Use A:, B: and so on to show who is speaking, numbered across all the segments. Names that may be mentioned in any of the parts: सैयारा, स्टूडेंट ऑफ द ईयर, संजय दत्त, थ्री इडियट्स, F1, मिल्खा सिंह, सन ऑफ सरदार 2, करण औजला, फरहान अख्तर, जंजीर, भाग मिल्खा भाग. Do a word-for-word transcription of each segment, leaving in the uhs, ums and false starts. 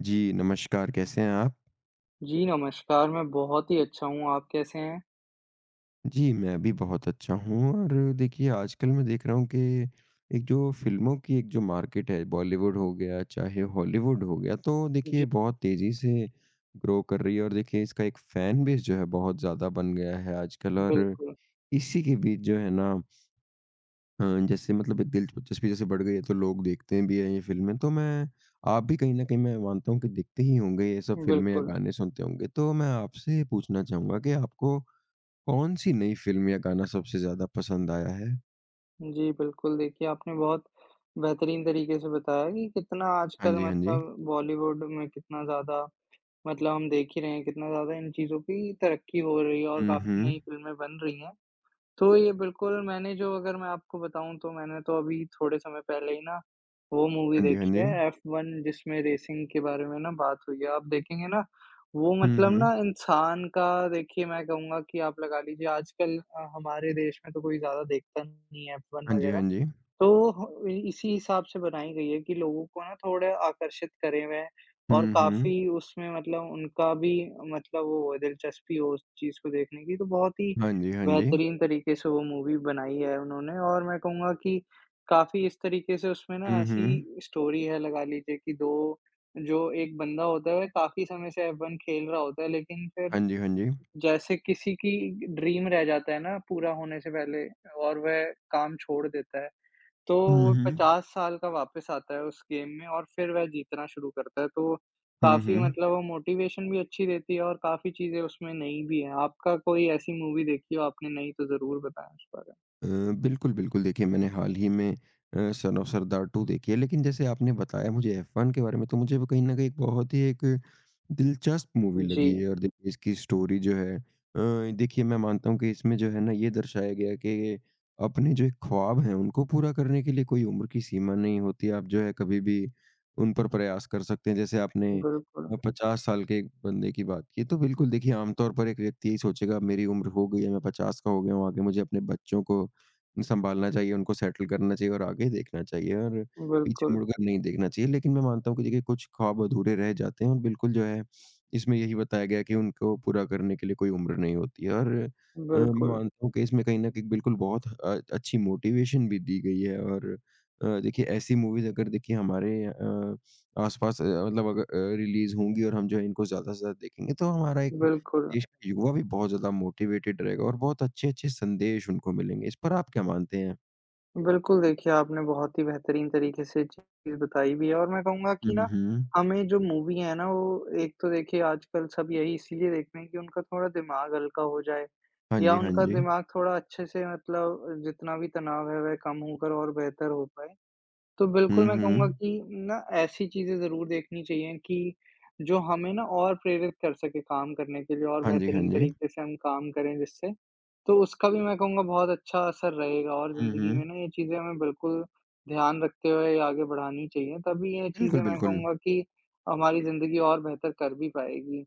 A: जी, नमस्कार, कैसे हैं आप?
B: जी, नमस्कार, मैं बहुत ही अच्छा हूँ, आप कैसे हैं?
A: जी, मैं भी बहुत अच्छा हूँ और देखिए आजकल मैं देख रहा हूँ कि एक जो फ़िल्मों की एक जो मार्केट है, बॉलीवुड हो गया, चाहे हॉलीवुड हो गया, तो देखिए
B: जी,
A: बहुत तेज़ी से ग्रो कर रही है और देखिए इसका एक फ़ैन बेस जो है बहुत ज़्यादा बन गया है आजकल। और
B: बिल्कुल,
A: इसी के बीच जो है ना, अ, जैसे मतलब एक दिलचस्पी जैसे बढ़ गई है, तो लोग देखते भी हैं ये फ़िल्में। तो मैं आप भी कहीं न कहीं मैं मानता हूँ कि देखते ही होंगे ये सब फ़िल्में या
B: बिल्कुल।
A: गाने सुनते होंगे। तो मैं आपसे पूछना चाहूँगा कि आपको कौन सी नई फ़िल्म या गाना सबसे ज़्यादा पसंद आया है?
B: जी, बिल्कुल, देखिए आपने बहुत बेहतरीन तरीके से बताया कि कितना
A: हाँ
B: आजकल
A: जी, हाँ जी।
B: मतलब बॉलीवुड में कितना ज़्यादा मतलब हम देख ही रहे हैं, कितना ज़्यादा इन चीज़ों की तरक्की हो रही है और
A: हुँ,
B: काफ़ी
A: हुँ।
B: नई फ़िल्में बन रही हैं। तो ये बिल्कुल मैंने जो अगर मैं आपको बताऊँ तो मैंने तो अभी थोड़े समय पहले ही ना, वो मूवी
A: हाँ जी, हाँ
B: देखी
A: जी।
B: है एफ वन जिसमें रेसिंग के बारे में ना बात हुई है। आप देखेंगे ना, वो
A: हुँ,
B: मतलब
A: हुँ।
B: ना इंसान का देखिए मैं कहूँगा कि आप लगा लीजिए आजकल अ, हमारे देश में तो कोई ज़्यादा देखता नहीं है एफ वन
A: हाँ जी, हाँ
B: वगैरह।
A: जी।
B: तो इसी हिसाब से बनाई गई है कि लोगों को ना थोड़ा आकर्षित करे वह और
A: हुँ, हुँ।
B: काफ़ी उसमें मतलब उनका भी मतलब वो हो दिलचस्पी हो उस चीज़ को देखने की, तो बहुत ही
A: हाँ जी, हाँ जी।
B: बेहतरीन तरीके से वो मूवी बनाई है उन्होंने और मैं कहूँगा कि काफ़ी इस तरीके से उसमें ना
A: हुँ,
B: ऐसी
A: हुँ।
B: स्टोरी है लगा लीजिए कि दो जो एक बंदा होता है वह काफ़ी समय से एफ-वन खेल रहा होता है, लेकिन फिर
A: हाँ जी, हाँ जी।
B: जैसे किसी की ड्रीम रह जाता है ना पूरा होने से पहले और वह काम छोड़ देता है। तो
A: हुँ,
B: वो
A: हुँ।
B: पचास साल का वापस आता है उस गेम में और फिर वह जीतना शुरू करता है, तो
A: हुँ,
B: काफ़ी
A: हुँ।
B: मतलब वो मोटिवेशन भी अच्छी देती है और काफ़ी चीज़ें उसमें नई भी हैं। आपका कोई ऐसी मूवी देखी हो आपने नई तो ज़रूर बताएँ उस बारे
A: अ, बिल्कुल, बिल्कुल। देखिए, मैंने हाल ही में अ, सन ऑफ सरदार टू देखी है, लेकिन जैसे आपने बताया मुझे एफ वन के बारे में, तो मुझे वो कहीं न कहीं एक बहुत ही एक दिलचस्प मूवी
B: में। जी,
A: लगी है। और देखिए इसकी स्टोरी जो है, अ, देखिए मैं मानता हूँ कि इसमें जो है ना, ये दर्शाया गया है कि अपने जो एक ख्वाब हैं, उनको पूरा करने के लिए कोई उम्र की सीमा नहीं होती। आप जो है कभी भी उन पर प्रयास कर सकते हैं। जैसे आपने
B: बिल्कुल,
A: अ, पचास साल के एक बंदे की बात की, तो बिल्कुल देखिए आम तौर पर एक व्यक्ति यही सोचेगा, "अब मेरी उम्र हो गई है, मैं पचास का हो गया हूँ, आगे मुझे अपने बच्चों को सँभालना चाहिए, उनको सेटल करना चाहिए और आगे देखना चाहिए और पीछे
B: बिल्कुल,
A: मुड़कर नहीं देखना चाहिए।" लेकिन मैं मानता हूँ कि देखिए कुछ ख्वाब अधूरे रह जाते हैं और बिल्कुल जो है इसमें यही बताया गया है कि उनको पूरा करने के लिए कोई उम्र नहीं होती है। और अ, मैं
B: बिल्कुल,
A: मानता हूँ कि इसमें कहीं न कहीं बिल्कुल बहुत अ, अच्छी मोटिवेशन भी दी गई है। और अ, देखिए ऐसी मूवीज़ अगर देखिए हमारे अ, आस-पास अ, मतलब अगर अ, रिलीज़ होंगी और हम जो है इनको ज़्यादा से ज़्यादा देखेंगे, तो हमारा एक
B: बिल्कुल।
A: देश का युवा भी बहुत ज़्यादा मोटिवेटेड रहेगा और बहुत अच्छे-अच्छे संदेश उनको मिलेंगे। इस पर आप क्या मानते हैं?
B: बिल्कुल, देखिए आपने बहुत ही बेहतरीन तरीके से चीज़ बताई भी है और मैं कहूँगा कि
A: हुँ,
B: ना,
A: हुँ।
B: हमें जो मूवी है ना वो एक तो देखिए आजकल सब यही इसीलिए देखते हैं कि उनका थोड़ा दिमाग हल्का हो जाए
A: हाँ
B: या
A: जी, हाँ
B: उनका
A: जी।
B: दिमाग थोड़ा अच्छे से मतलब जितना भी तनाव है वह कम होकर और बेहतर हो पाए। तो
A: हुँ,
B: बिल्कुल मैं कहूँगा
A: हुँ।
B: कि ना ऐसी चीज़ें ज़रूर देखनी चाहिए कि जो हमें ना और प्रेरित कर सके काम करने के लिए और
A: हाँ जी, हाँ
B: बेहतरीन
A: जी।
B: तरीके से हम काम करें जिससे, तो उसका भी मैं कहूँगा बहुत अच्छा असर रहेगा और
A: हुँ,
B: ज़िंदगी
A: हुँ।
B: में ना ये चीज़ें हमें बिल्कुल ध्यान रखते हुए आगे बढ़ानी चाहिए। तभी ये
A: बिल्कुल,
B: चीज़ें मैं
A: बिल्कुल।
B: कहूँगा कि हमारी ज़िंदगी और बेहतर कर भी पाएगी।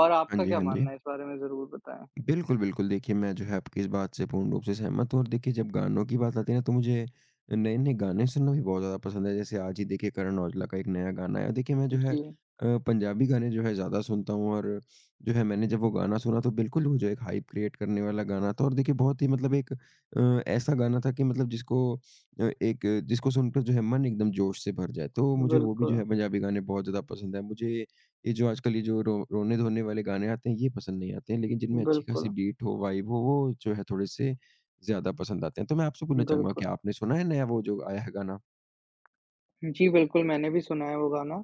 B: और
A: हाँ
B: आपका
A: जी,
B: क्या
A: हाँ जी।
B: मानना है इस बारे में, ज़रूर बताएँ?
A: बिल्कुल, बिल्कुल। देखिए, मैं जो है आपकी इस बात से पूर्ण रूप से सहमत हूँ। और देखिए जब गानों की बात आती है ना, तो मुझे नए-नए गाने सुनना भी बहुत ज़्यादा पसंद है। जैसे आज ही देखिए करण औजला का एक नया गाना आया। देखिए मैं जो है
B: जी,
A: अ, पंजाबी गाने जो है ज़्यादा सुनता हूँ। और जो है मैंने जब वो गाना सुना, तो बिल्कुल वो जो एक हाइप क्रिएट करने वाला गाना था। और देखिए बहुत ही मतलब एक अ, ऐसा गाना था कि मतलब जिसको अ, एक जिसको सुनकर जो है मन एकदम जोश से भर जाए। तो मुझे वो भी जो
B: बिल्कुल,
A: है पंजाबी गाने बहुत ज़्यादा पसंद है। मुझे ये जो आजकल ये जो रो रोने-धोने वाले गाने आते हैं, ये पसंद नहीं आते हैं, लेकिन जिनमें अच्छी खासी
B: बिल्कुल,
A: बीट हो, वाइब हो, वो जो है थोड़े-से ज़्यादा पसंद आते हैं। तो मैं आपसे पूछना चाहूँगा कि
B: बिल्कुल।
A: आपने सुना है नया वो जो आया है गाना?
B: जी, बिल्कुल, मैंने भी सुना है वो गाना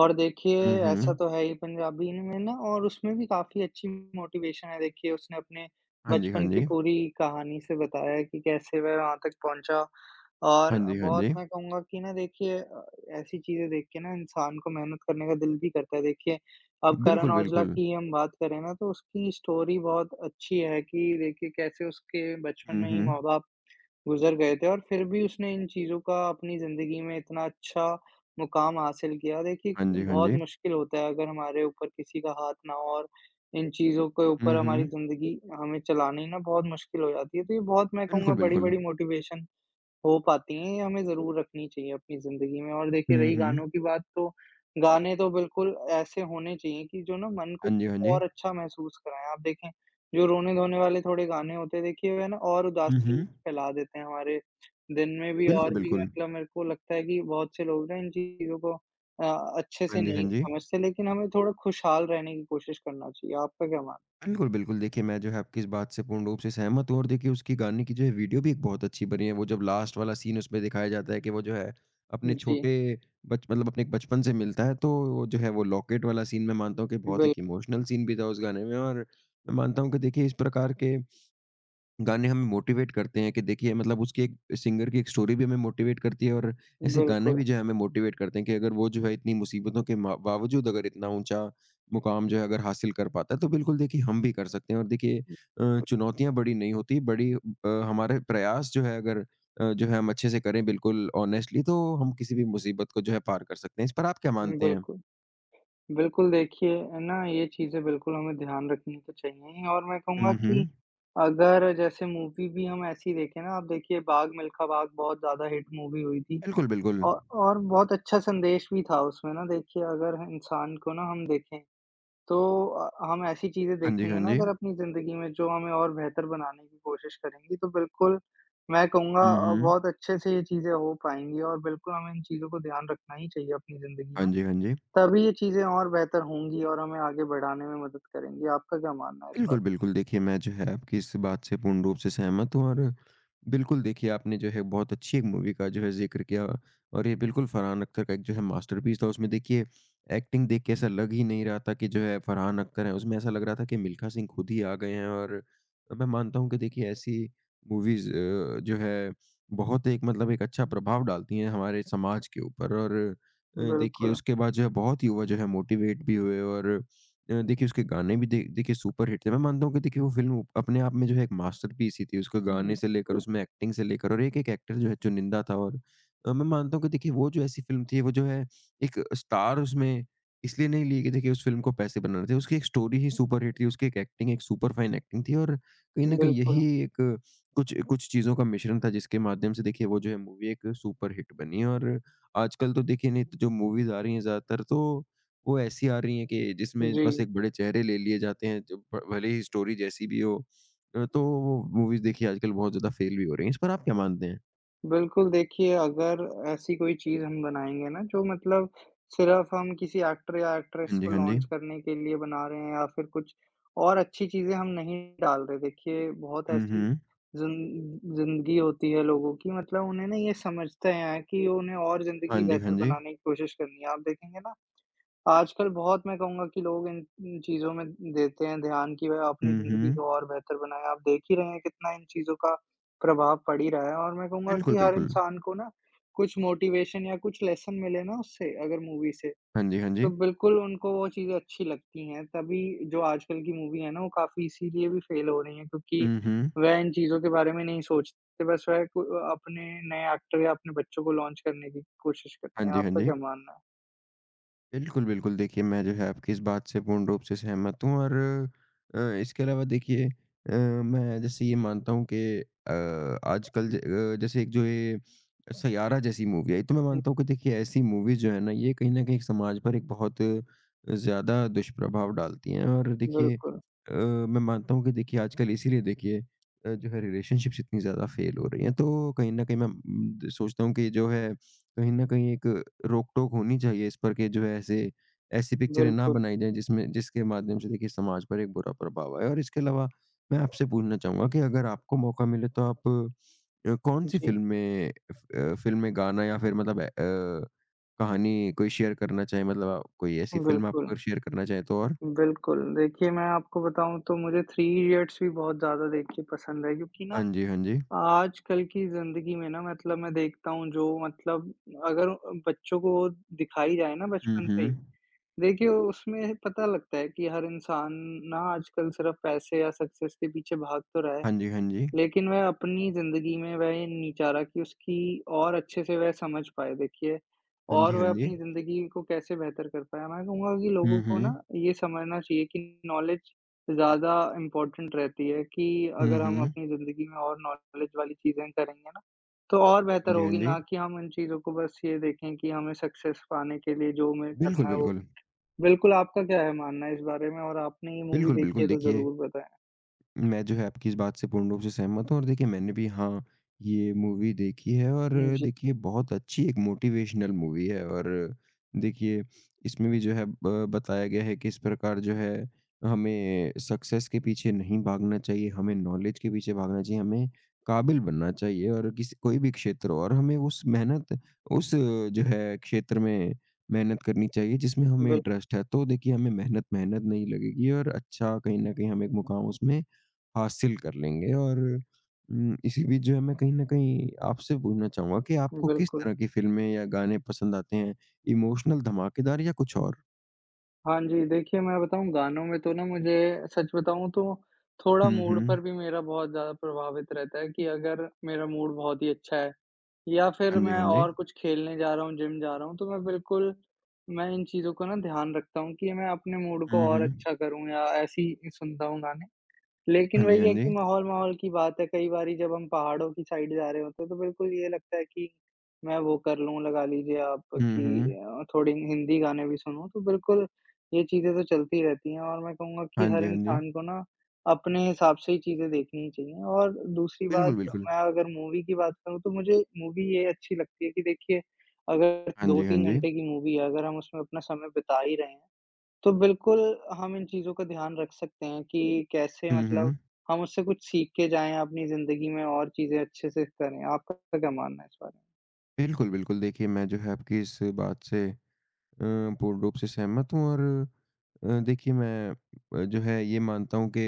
B: और देखिए
A: हुँ,
B: ऐसा
A: हुँ।
B: तो है ही पंजाबी में ना और उसमें भी काफ़ी अच्छी मोटिवेशन है, देखिए उसने अपने
A: हाँ जी, हाँ
B: बचपन की
A: जी।
B: पूरी कहानी से बताया है कि कैसे वह वहाँ तक पहुँचा
A: हाँ
B: और
A: जी, हाँ
B: बहुत
A: जी।
B: मैं कहूँगा कि ना देखिए अ, ऐसी चीज़ें देख के ना इंसान को मेहनत करने का दिल भी करता है। देखिए अब करण
A: बिल्कुल,
B: औजला
A: बिल्कुल।
B: की ही हम बात करें ना, तो उसकी स्टोरी बहुत अच्छी है कि देखिए कैसे उसके बचपन
A: हुँ,
B: में ही
A: हुँ।
B: माँ-बाप गुज़र गए थे और फिर भी उसने इन चीज़ों का अपनी ज़िंदगी में इतना अच्छा मुक़ाम हासिल किया। देखिए,
A: हाँ जी, हाँ
B: बहुत
A: जी।
B: मुश्किल होता है अगर हमारे ऊपर किसी का हाथ ना हो और इन चीज़ों के
A: हुँ,
B: ऊपर हमारी
A: हुँ।
B: ज़िंदगी हमें चलानी ना बहुत मुश्किल हो जाती है। तो ये बहुत मैं कहूँगा
A: बिल्कुल, बिल्कुल।
B: बड़ी-बड़ी मोटिवेशन हो पाती हैं, ये हमें ज़रूर रखनी चाहिए अपनी ज़िंदगी में। और देखिए,
A: हुँ,
B: रही
A: हुँ।
B: गानों की बात, तो गाने तो बिल्कुल ऐसे होने चाहिए कि जो ना मन को
A: हाँ जी, हाँ जी।
B: और अच्छा महसूस कराएँ। आप देखें, जो रोने-धोने वाले थोड़े गाने होते हैं देखिए वे ना और
A: हुँ,
B: उदासी
A: हुँ।
B: फैला देते हैं हमारे दिन में भी
A: बिल्कुल,
B: और भी
A: बिल्कुल।
B: मतलब मेरे को लगता है कि बहुत से लोग ना इन चीज़ों को अ, अच्छे से
A: हाँ जी, हाँ
B: नहीं
A: जी।
B: समझते, लेकिन हमें थोड़ा खुशहाल रहने की कोशिश करना चाहिए। आपका क्या मानना
A: बिल्कुल, बिल्कुल। देखिए, मैं जो है आपकी इस बात से पूर्ण रूप से सहमत हूँ। और देखिए उसकी गाने की जो है वीडियो भी एक बहुत अच्छी बनी है। वो जब लास्ट वाला सीन उसमें दिखाया जाता है कि वो जो है अपने
B: है? जी,
A: छोटे बच मतलब अपने एक बचपन से मिलता है, तो वो जो है वो लॉकेट वाला सीन मैं मानता हूँ कि बहुत
B: बिल
A: एक इमोशनल सीन भी था उस गाने में। और मैं मानता हूँ कि देखिए इस प्रकार के गाने हमें मोटिवेट करते हैं कि देखिए, मतलब उसकी एक सिंगर की एक स्टोरी भी हमें मोटिवेट करती है। और ऐसे गाने
B: बिल्कुल।
A: भी जो है हमें मोटिवेट करते हैं कि अगर वो जो है इतनी मुसीबतों के मा- बावजूद अगर इतना ऊंचा मुकाम जो है अगर हासिल कर पाता है, तो बिल्कुल देखिए हम भी कर सकते हैं। और देखिए अ, चुनौतियां बड़ी नहीं होती, बड़ी अ, हमारे प्रयास जो है अगर अ, जो है हम अच्छे से करें बिल्कुल ऑनेस्टली, तो हम किसी भी मुसीबत को जो है पार कर सकते हैं। इस पर आप क्या मानते हैं?
B: बिल्कुल। बिल्कुल, देखिए है ना, ये चीज़ें बिल्कुल हमें ध्यान रखनी तो चाहिए ही और मैं कहूँगा
A: हम्म,
B: कि
A: हम्म।
B: अगर जैसे मूवी भी हम ऐसी देखें ना, आप देखिए भाग मिल्खा भाग बहुत ज़्यादा हिट मूवी हुई थी
A: बिल्कुल, बिल्कुल।
B: औ और बहुत अच्छा संदेश भी था उसमें ना, देखिए अगर इंसान को ना हम देखें, तो अ, हम ऐसी चीज़ें
A: हाँ जी, हाँ
B: देखेंगे ना
A: जी।
B: अगर अपनी ज़िंदगी में जो हमें और बेहतर बनाने की कोशिश करेंगी, तो बिल्कुल मैं कहूँगा
A: हम्म,
B: अ,
A: हम्म।
B: बहुत अच्छे से ये चीज़ें हो पाएँगी और बिल्कुल हमें इन चीज़ों को ध्यान रखना ही चाहिए अपनी ज़िंदगी
A: हाँ
B: में।
A: जी, हाँ जी।
B: तभी ये चीज़ें और बेहतर होंगी और हमें आगे बढ़ाने में मदद करेंगी। आपका क्या मानना है इस
A: बिल्कुल,
B: बारे
A: बिल्कुल। देखिए, मैं जो है आपकी इस बात से पूर्ण रूप से सहमत हूँ। और बिल्कुल देखिए आपने जो है बहुत अच्छी एक मूवी का जो है ज़िक्र किया। और ये बिल्कुल फरहान अख्तर का एक जो है मास्टरपीस था। उसमें देखिए एक्टिंग देख के ऐसा लग ही नहीं रहा था कि जो है फरहान अख्तर हैं, उसमें ऐसा लग रहा था कि मिल्खा सिंह खुद ही आ गए हैं। और मैं मानता हूँ कि देखिए ऐसी मूवीज़ अ, जो है बहुत एक मतलब एक अच्छा प्रभाव डालती हैं हमारे समाज के ऊपर। और
B: में?
A: अ, देखिए
B: बिल्कुल।
A: उसके बाद जो है बहुत युवा जो है मोटिवेट भी हुए। और अ, देखिए उसके गाने भी दे देखिए सुपरहिट थे। मैं मानता हूँ कि देखिए वो फ़िल्म अपने आप में जो है एक मास्टरपीस ही थी। उसके
B: हुँ,
A: गाने से लेकर
B: बिल्कुल,
A: उसमें एक्टिंग से लेकर और एक-एक एक्टर जो है चुनिंदा था। और अ, मैं मानता हूँ कि देखिए वो जो ऐसी फ़िल्म थी, वो जो है एक स्टार उसमें इसलिए नहीं ली कि देखिए उस फ़िल्म को पैसे बनाने थे। उसकी एक स्टोरी ही सुपरहिट थी, उसकी एक एक्टिंग एक सुपर फाइन एक्टिंग थी। और कहीं न कहीं यही
B: बिल्कुल।
A: एक अ, कुछ कुछ चीज़ों का मिश्रण था, जिसके माध्यम से देखिए वो जो है मूवी एक सुपरहिट बनी। और आजकल तो देखिए नहीं तो जो मूवीज़ आ रही हैं ज़्यादातर, तो वो ऐसी आ रही हैं कि जिसमें
B: जी,
A: बस एक बड़े चेहरे ले लिए जाते हैं, जो भ भले ही स्टोरी जैसी भी हो। अ, तो वो मूवीज़ देखिए आजकल बहुत ज़्यादा फ़ेल भी हो रही हैं। इस पर आप क्या मानते हैं?
B: बिल्कुल, देखिए अगर ऐसी कोई चीज़ हम बनाएँगे ना जो मतलब सिर्फ़ हम किसी एक्टर या एक्ट्रेस
A: हाँ जी,
B: को
A: हाँ जी।
B: लॉन्च करने के लिए बना रहे हैं या फिर कुछ और अच्छी चीज़ें हम नहीं डाल रहे। देखिए बहुत
A: हुँ,
B: ऐसी
A: हुँ।
B: ज़िन ज़िंदगी होती है लोगों की, मतलब उन्हें ना ये समझते हैं कि उन्हें और
A: हाँ
B: ज़िंदगी
A: जी, हाँ
B: बेहतर
A: जी।
B: बनाने की कोशिश करनी है। आप देखेंगे ना, आजकल बहुत मैं कहूँगा कि लोग इन इन चीज़ों में देते हैं ध्यान कि वह अपनी
A: हुँ,
B: ज़िंदगी
A: हुँ।
B: को और बेहतर बनाएँ। आप देख ही रहे हैं कितना इन चीज़ों का प्रभाव पड़ ही रहा है और मैं कहूँगा
A: बिल्कुल,
B: कि हर
A: बिल्कुल।
B: इंसान को ना कुछ मोटिवेशन या कुछ लेसन मिले ना उससे, अगर मूवी से,
A: हाँ जी, हाँ
B: तो
A: जी।
B: बिल्कुल उनको वो चीज़ें अच्छी लगती हैं। तभी जो आजकल की मूवी है ना वो काफ़ी इसीलिए भी फ़ेल हो रही हैं, क्योंकि
A: हुँ, हुँ।
B: वह इन चीज़ों के बारे में नहीं सोचते, बस वह को अपने नए एक्टर या अपने बच्चों को लॉन्च करने की कोशिश
A: हाँ
B: करते हैं।
A: जी, हाँ
B: आपका
A: जी।
B: क्या मानना है?
A: बिल्कुल, बिल्कुल। देखिए, मैं जो है आपकी इस बात से पूर्ण रूप से सहमत हूँ। और अ, इसके अलावा देखिए अ, मैं जैसे ये मानता हूँ कि अ, आजकल ज अ, जैसे एक जो ये सैयारा जैसी मूवी आई, तो मैं
B: हुँ,
A: मानता हूँ कि देखिए ऐसी मूवीज़ जो है ना, ये कहीं न कहीं समाज पर एक बहुत ज़्यादा दुष्प्रभाव डालती हैं। और देखिए
B: बिल्कुल,
A: अ, मैं मानता हूँ कि देखिए आजकल इसीलिए देखिए अ, जो है रिलेशनशिप्स इतनी ज़्यादा फ़ेल हो रही हैं। तो कहीं न कहीं मैं उम, सोचता हूँ कि जो है कहीं न कहीं एक रोक-टोक होनी चाहिए इस पर कि जो है ऐसे ऐसी पिक्चरें ना
B: बिल्कुल।
A: बनाई जाएँ, जिसमें जिसके माध्यम से देखिए समाज पर एक बुरा प्रभाव आए। और इसके अलावा मैं आपसे पूछना चाहूँगा कि अगर आपको मौका मिले तो आप अ, कौन-सी
B: जी,
A: फ़िल्म में फ अ, फ़िल्म में गाना या फिर मतलब अ, अ, कहानी कोई शेयर करना चाहें, मतलब आप कोई ऐसी फ़िल्म आप
B: बिल्कुल,
A: अगर शेयर करना चाहें तो और?
B: बिल्कुल। देखिए, मैं आपको बताऊँ तो मुझे थ्री इडियट्स भी बहुत ज़्यादा देखिए पसंद है क्योंकि ना
A: हाँ जी, हाँ जी।
B: आजकल की ज़िंदगी में ना मतलब मैं देखता हूँ जो मतलब अगर बच्चों को दिखाई जाए ना
A: हुँ,
B: बचपन से ही,
A: हुँ।
B: देखिए उसमें पता लगता है कि हर इंसान ना आजकल सिर्फ़ पैसे या सक्सेस के पीछे भाग तो रहा है।
A: हाँ जी, हाँ जी।
B: लेकिन वह अपनी ज़िंदगी में वह ये नहीं चाह रहा कि उसकी और अच्छे से वह समझ पाए, देखिए
A: हाँ जी,
B: और
A: हाँ
B: वह
A: जी।
B: अपनी ज़िंदगी को कैसे बेहतर कर पाए। मैं कहूँगा कि लोगों
A: हुँ,
B: को ना
A: हुँ।
B: ये समझना चाहिए कि नॉलेज ज़्यादा इम्पोर्टेंट रहती है कि
A: हुँ,
B: अगर हम
A: हुँ।
B: अपनी ज़िंदगी में और नॉलेज वाली चीज़ें करेंगे ना, तो और
A: हाँ
B: बेहतर
A: जी, हाँ
B: होगी
A: जी।
B: ना कि हम इन चीज़ों को बस ये देखें कि हमें सक्सेस पाने के लिए जो हमें
A: बिल्कुल,
B: करना है वो
A: बिल्कुल।
B: बिल्कुल। आपका क्या है मानना इस बारे में, और आपने ये मूवी
A: बिल्कुल,
B: देखी
A: बिल्कुल।
B: है तो
A: देखिए,
B: ज़रूर बताएँ?
A: मैं जो है आपकी इस बात से पूर्ण रूप से सहमत हूँ। और देखिए मैंने भी हाँ, ये मूवी देखी है। और
B: जी,
A: देखिए बहुत अच्छी एक मोटिवेशनल मूवी है। और देखिए इसमें भी जो है ब बताया गया है किस प्रकार जो है हमें सक्सेस के पीछे नहीं भागना चाहिए, हमें नॉलेज के पीछे भागना चाहिए, हमें काबिल बनना चाहिए। और किसी कोई भी क्षेत्र हो और हमें उस मेहनत उस जो है क्षेत्र में मेहनत करनी चाहिए जिसमें हमें
B: बिल
A: इंटरेस्ट है। तो देखिए हमें मेहनत, मेहनत नहीं लगेगी और अच्छा कहीं न कहीं हम एक मुकाम उसमें हासिल कर लेंगे। और उम, इसी बीच जो है मैं कहीं न कहीं आपसे पूछना चाहूँगा कि आपको किस
B: बिल्कुल।
A: तरह की फ़िल्में या गाने पसंद आते हैं? इमोशनल, धमाकेदार या कुछ और?
B: हाँ जी, देखिए मैं बताऊँ, गानों में तो ना मुझे सच बताऊँ तो थोड़ा
A: हुँ,
B: मूड पर
A: हुँ।
B: भी मेरा बहुत ज़्यादा प्रभावित रहता है कि अगर मेरा मूड बहुत ही अच्छा है या फिर
A: हाँ जी,
B: मैं
A: हाँ जी।
B: और कुछ खेलने जा रहा हूँ, जिम जा रहा हूँ, तो मैं बिल्कुल मैं इन चीज़ों का ना ध्यान रखता हूँ कि मैं अपने मूड को
A: हुँ,
B: और
A: हुँ।
B: अच्छा करूँ या ऐसे ही सुनता हूँ गाने। लेकिन
A: हाँ जी,
B: वही
A: हाँ
B: है
A: जी।
B: कि माहौल-माहौल की बात है, कई बारी जब हम पहाड़ों की साइड जा रहे होते हैं, तो बिल्कुल ये लगता है कि मैं वो कर लूँ, लगा लीजिए आप
A: हुँ, हुँ।
B: कि अ, थोड़ी हिंदी गाने भी सुनूँ, तो बिल्कुल ये चीज़ें तो चलती रहती हैं और मैं कहूँगा कि
A: हाँ
B: हर
A: जी, हाँ जी।
B: इंसान को ना अपने हिसाब से ही चीज़ें देखनी चाहिए। और दूसरी
A: बिल्कुल,
B: बात,
A: बिल्कुल।
B: मैं अगर मूवी की बात करूँ, तो मुझे मूवी ये अच्छी लगती है कि देखिए, अगर
A: हाँ जी, हाँ
B: दो तीन
A: जी।
B: घंटे की मूवी है, अगर हम उसमें अपना समय बिता ही रहे हैं, तो बिल्कुल हम इन चीज़ों का ध्यान रख सकते हैं कि कैसे
A: हुँ,
B: मतलब
A: हुँ।
B: हम उससे कुछ सीख के जाएँ अपनी ज़िंदगी में और चीज़ें अच्छे से करें। आपका क्या मानना है इस बारे
A: बिल्कुल, बिल्कुल। देखिए, मैं जो है आपकी इस बात से अ, पूर्ण रूप से सहमत हूँ। और अ, देखिए मैं अ, जो है ये मानता हूँ कि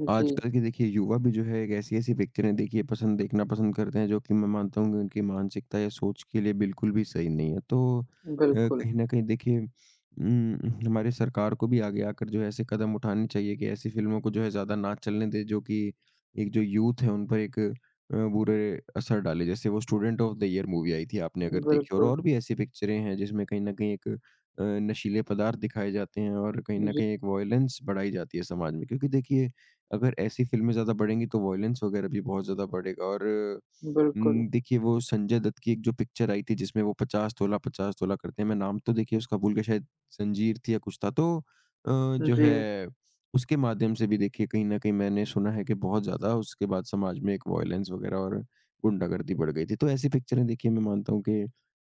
B: में? जी,
A: आजकल के देखिए युवा भी जो है एक ऐसी-ऐसी पिक्चरें देखिए पसंद देखना पसंद करते हैं जो कि मैं मानता हूँ कि उनकी मानसिकता या सोच के लिए बिल्कुल भी सही नहीं है। तो अ,
B: बिल्कुल।
A: कहीं न कहीं देखिए उम, हमारे सरकार को भी आगे आकर जो है ऐसे कदम उठाने चाहिए कि ऐसी फ़िल्मों को जो है ज़्यादा ना चलने दें, जो कि एक जो यूथ है उन पर एक अ, बुरे असर डाले। जैसे वो स्टूडेंट ऑफ द ईयर movie आई थी, आपने अगर देखी हो। और
B: बिल्कुल।
A: और भी ऐसी पिक्चरें हैं जिसमें कहीं न कहीं एक अ, नशीले पदार्थ दिखाए जाते हैं और कहीं न
B: जी,
A: कहीं एक वॉयलेंस बढ़ाई जाती है समाज में। क्योंकि देखिए अगर ऐसी फ़िल्में ज़्यादा बढ़ेंगी, तो वॉयलेंस वगैरह भी बहुत ज़्यादा बढ़ेगा। और
B: बिल्कुल।
A: उम, देखिए वो संजय दत्त की एक जो पिक्चर आई थी, जिसमें वो पचास तोला पचास तोला करते हैं, मैं नाम तो देखिए उसका भूल गया, शायद जंजीर थी या कुछ था। तो अ, जो
B: जी,
A: है उसके माध्यम से भी देखिए कहीं न कहीं मैंने सुना है कि बहुत ज़्यादा उसके बाद समाज में एक वॉयलेंस वगैरह और गुंडागर्दी बढ़ गई थी। तो ऐसी पिक्चरें देखिए मैं मानता हूँ कि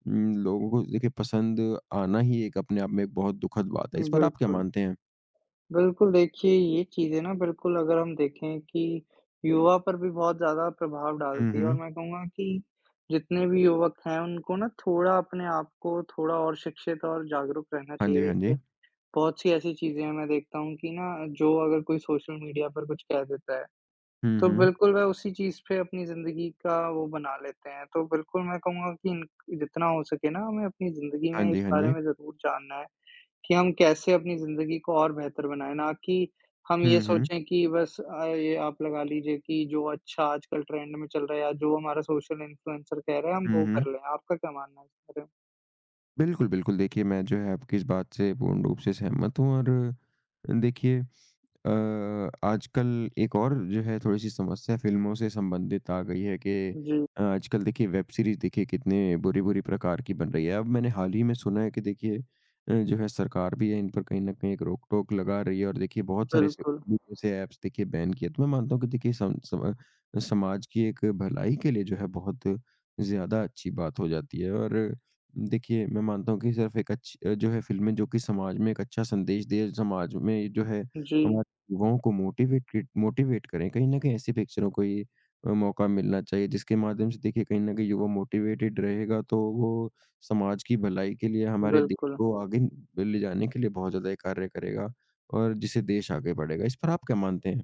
A: उम, लोगों को देखिए पसंद आना ही एक अपने आप में एक बहुत दुखद बात है। इस पर आप क्या
B: बिल्कुल।
A: मानते हैं?
B: बिल्कुल, देखिए ये चीज़ें ना बिल्कुल, अगर हम देखें, कि युवा पर भी बहुत ज़्यादा प्रभाव
A: हुँ,
B: डालती है और
A: हुँ।
B: मैं कहूँगा कि जितने भी युवक हैं उनको ना थोड़ा अपने आप को थोड़ा और शिक्षित और जागरूक रहना
A: हाँ
B: चाहिए,
A: जी, हाँ जी।
B: देखिए। बहुत सी ऐसी चीज़ें हैं मैं देखता हूँ कि ना जो अगर कोई सोशल मीडिया पर कुछ कह देता है,
A: हुँ,
B: तो
A: हुँ।
B: बिल्कुल वह उसी चीज़ पे अपनी ज़िंदगी का वो बना लेते हैं। तो बिल्कुल मैं कहूँगा कि इन, जितना हो सके ना, हमें अपनी ज़िंदगी
A: हाँ
B: में
A: जी,
B: इस
A: हाँ
B: बारे
A: जी।
B: में ज़रूर जानना है कि हम कैसे अपनी ज़िंदगी को और बेहतर बनाएँ, ना कि हम ये
A: हुँ, हुँ।
B: सोचें कि बस अ, ये आप लगा लीजिए कि जो अच्छा आजकल ट्रेंड में चल रहा है या जो हमारा सोशल इन्फ्लुएंसर कह रहा है हम
A: हुँ,
B: वो
A: हुँ।
B: कर लें। आपका क्या मानना है इस बारे
A: बिल्कुल, बिल्कुल। देखिए, मैं जो है आपकी इस बात से पूर्ण रूप से सहमत हूँ। और देखिए अ, आजकल एक और जो है थोड़ी-सी समस्या फ़िल्मों से संबंधित आ गई है कि
B: में? जी,
A: अ, आजकल देखिए वेब सीरीज़ देखिए कितने बुरी-बुरी प्रकार की बन रही है। अब मैंने हाल ही में सुना है कि देखिए अ, जो है सरकार भी है इन पर कहीं न कहीं एक रोक-टोक लगा रही है। और देखिए बहुत सारे ऐसे
B: बिल्कुल।
A: ऐसे ऐप्स देखिए बैन किए। तो मैं मानता हूँ कि देखिए सम सम समाज की एक भलाई के लिए जो है बहुत ज़्यादा अच्छी बात हो जाती है। और देखिए मैं मानता हूँ कि सिर्फ़ एक अच्छी अ, जो है फ़िल्में जो कि समाज में एक अच्छा संदेश दे, समाज में जो है
B: जी,
A: हमारे युवाओं को मोटिवेटेड मोटिवेट करें, कहीं न कहीं ऐसी पिक्चरों को ही अ, मौका मिलना चाहिए, जिसके माध्यम से देखिए कहीं न कहीं युवा मोटिवेटेड रहेगा, तो वो समाज की भलाई के लिए, हमारे देश
B: बिल्कुल।
A: को आगे ले जाने के लिए बहुत ज़्यादा ये कार्य करेगा और जिससे देश आगे बढ़ेगा। इस पर आप क्या मानते हैं?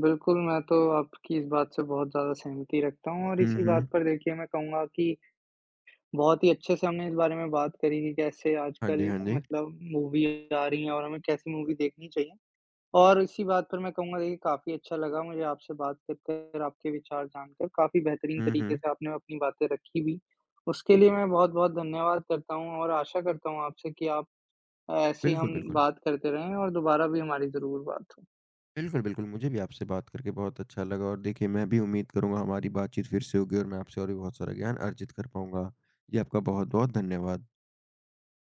B: बिल्कुल, मैं तो आपकी इस बात से बहुत ज़्यादा सहमति रखता हूँ और
A: हुँ,
B: इसी
A: हुँ।
B: बात पर देखिए मैं कहूँगा कि बहुत ही अच्छे से हमने इस बारे में बात करी कि कैसे
A: हाँ जी,
B: आजकल
A: हाँ जी।
B: मतलब मूवी आ रही हैं और हमें कैसी मूवी देखनी चाहिए। और इसी बात पर मैं कहूँगा, देखिए काफ़ी अच्छा लगा मुझे आपसे बात कर कर, आपके विचार जानकर, काफ़ी बेहतरीन
A: हुँ,
B: तरीके
A: हुँ।
B: से आपने अपनी बातें रखी भी। उसके लिए मैं बहुत-बहुत धन्यवाद करता हूँ और आशा करता हूँ आपसे कि आप ऐसे ही
A: बिल्कुल,
B: हम
A: बिल्कुल।
B: बात करते रहें और दोबारा भी हमारी ज़रूर बात हो।
A: बिल्कुल, बिल्कुल, मुझे भी आपसे बात करके बहुत अच्छा लगा। और देखिए मैं भी उम्मीद करूँगा हमारी बातचीत फिर से होगी और मैं आपसे और भी बहुत सारा ज्ञान अर्जित कर पाऊँगा। जी, आपका बहुत-बहुत धन्यवाद।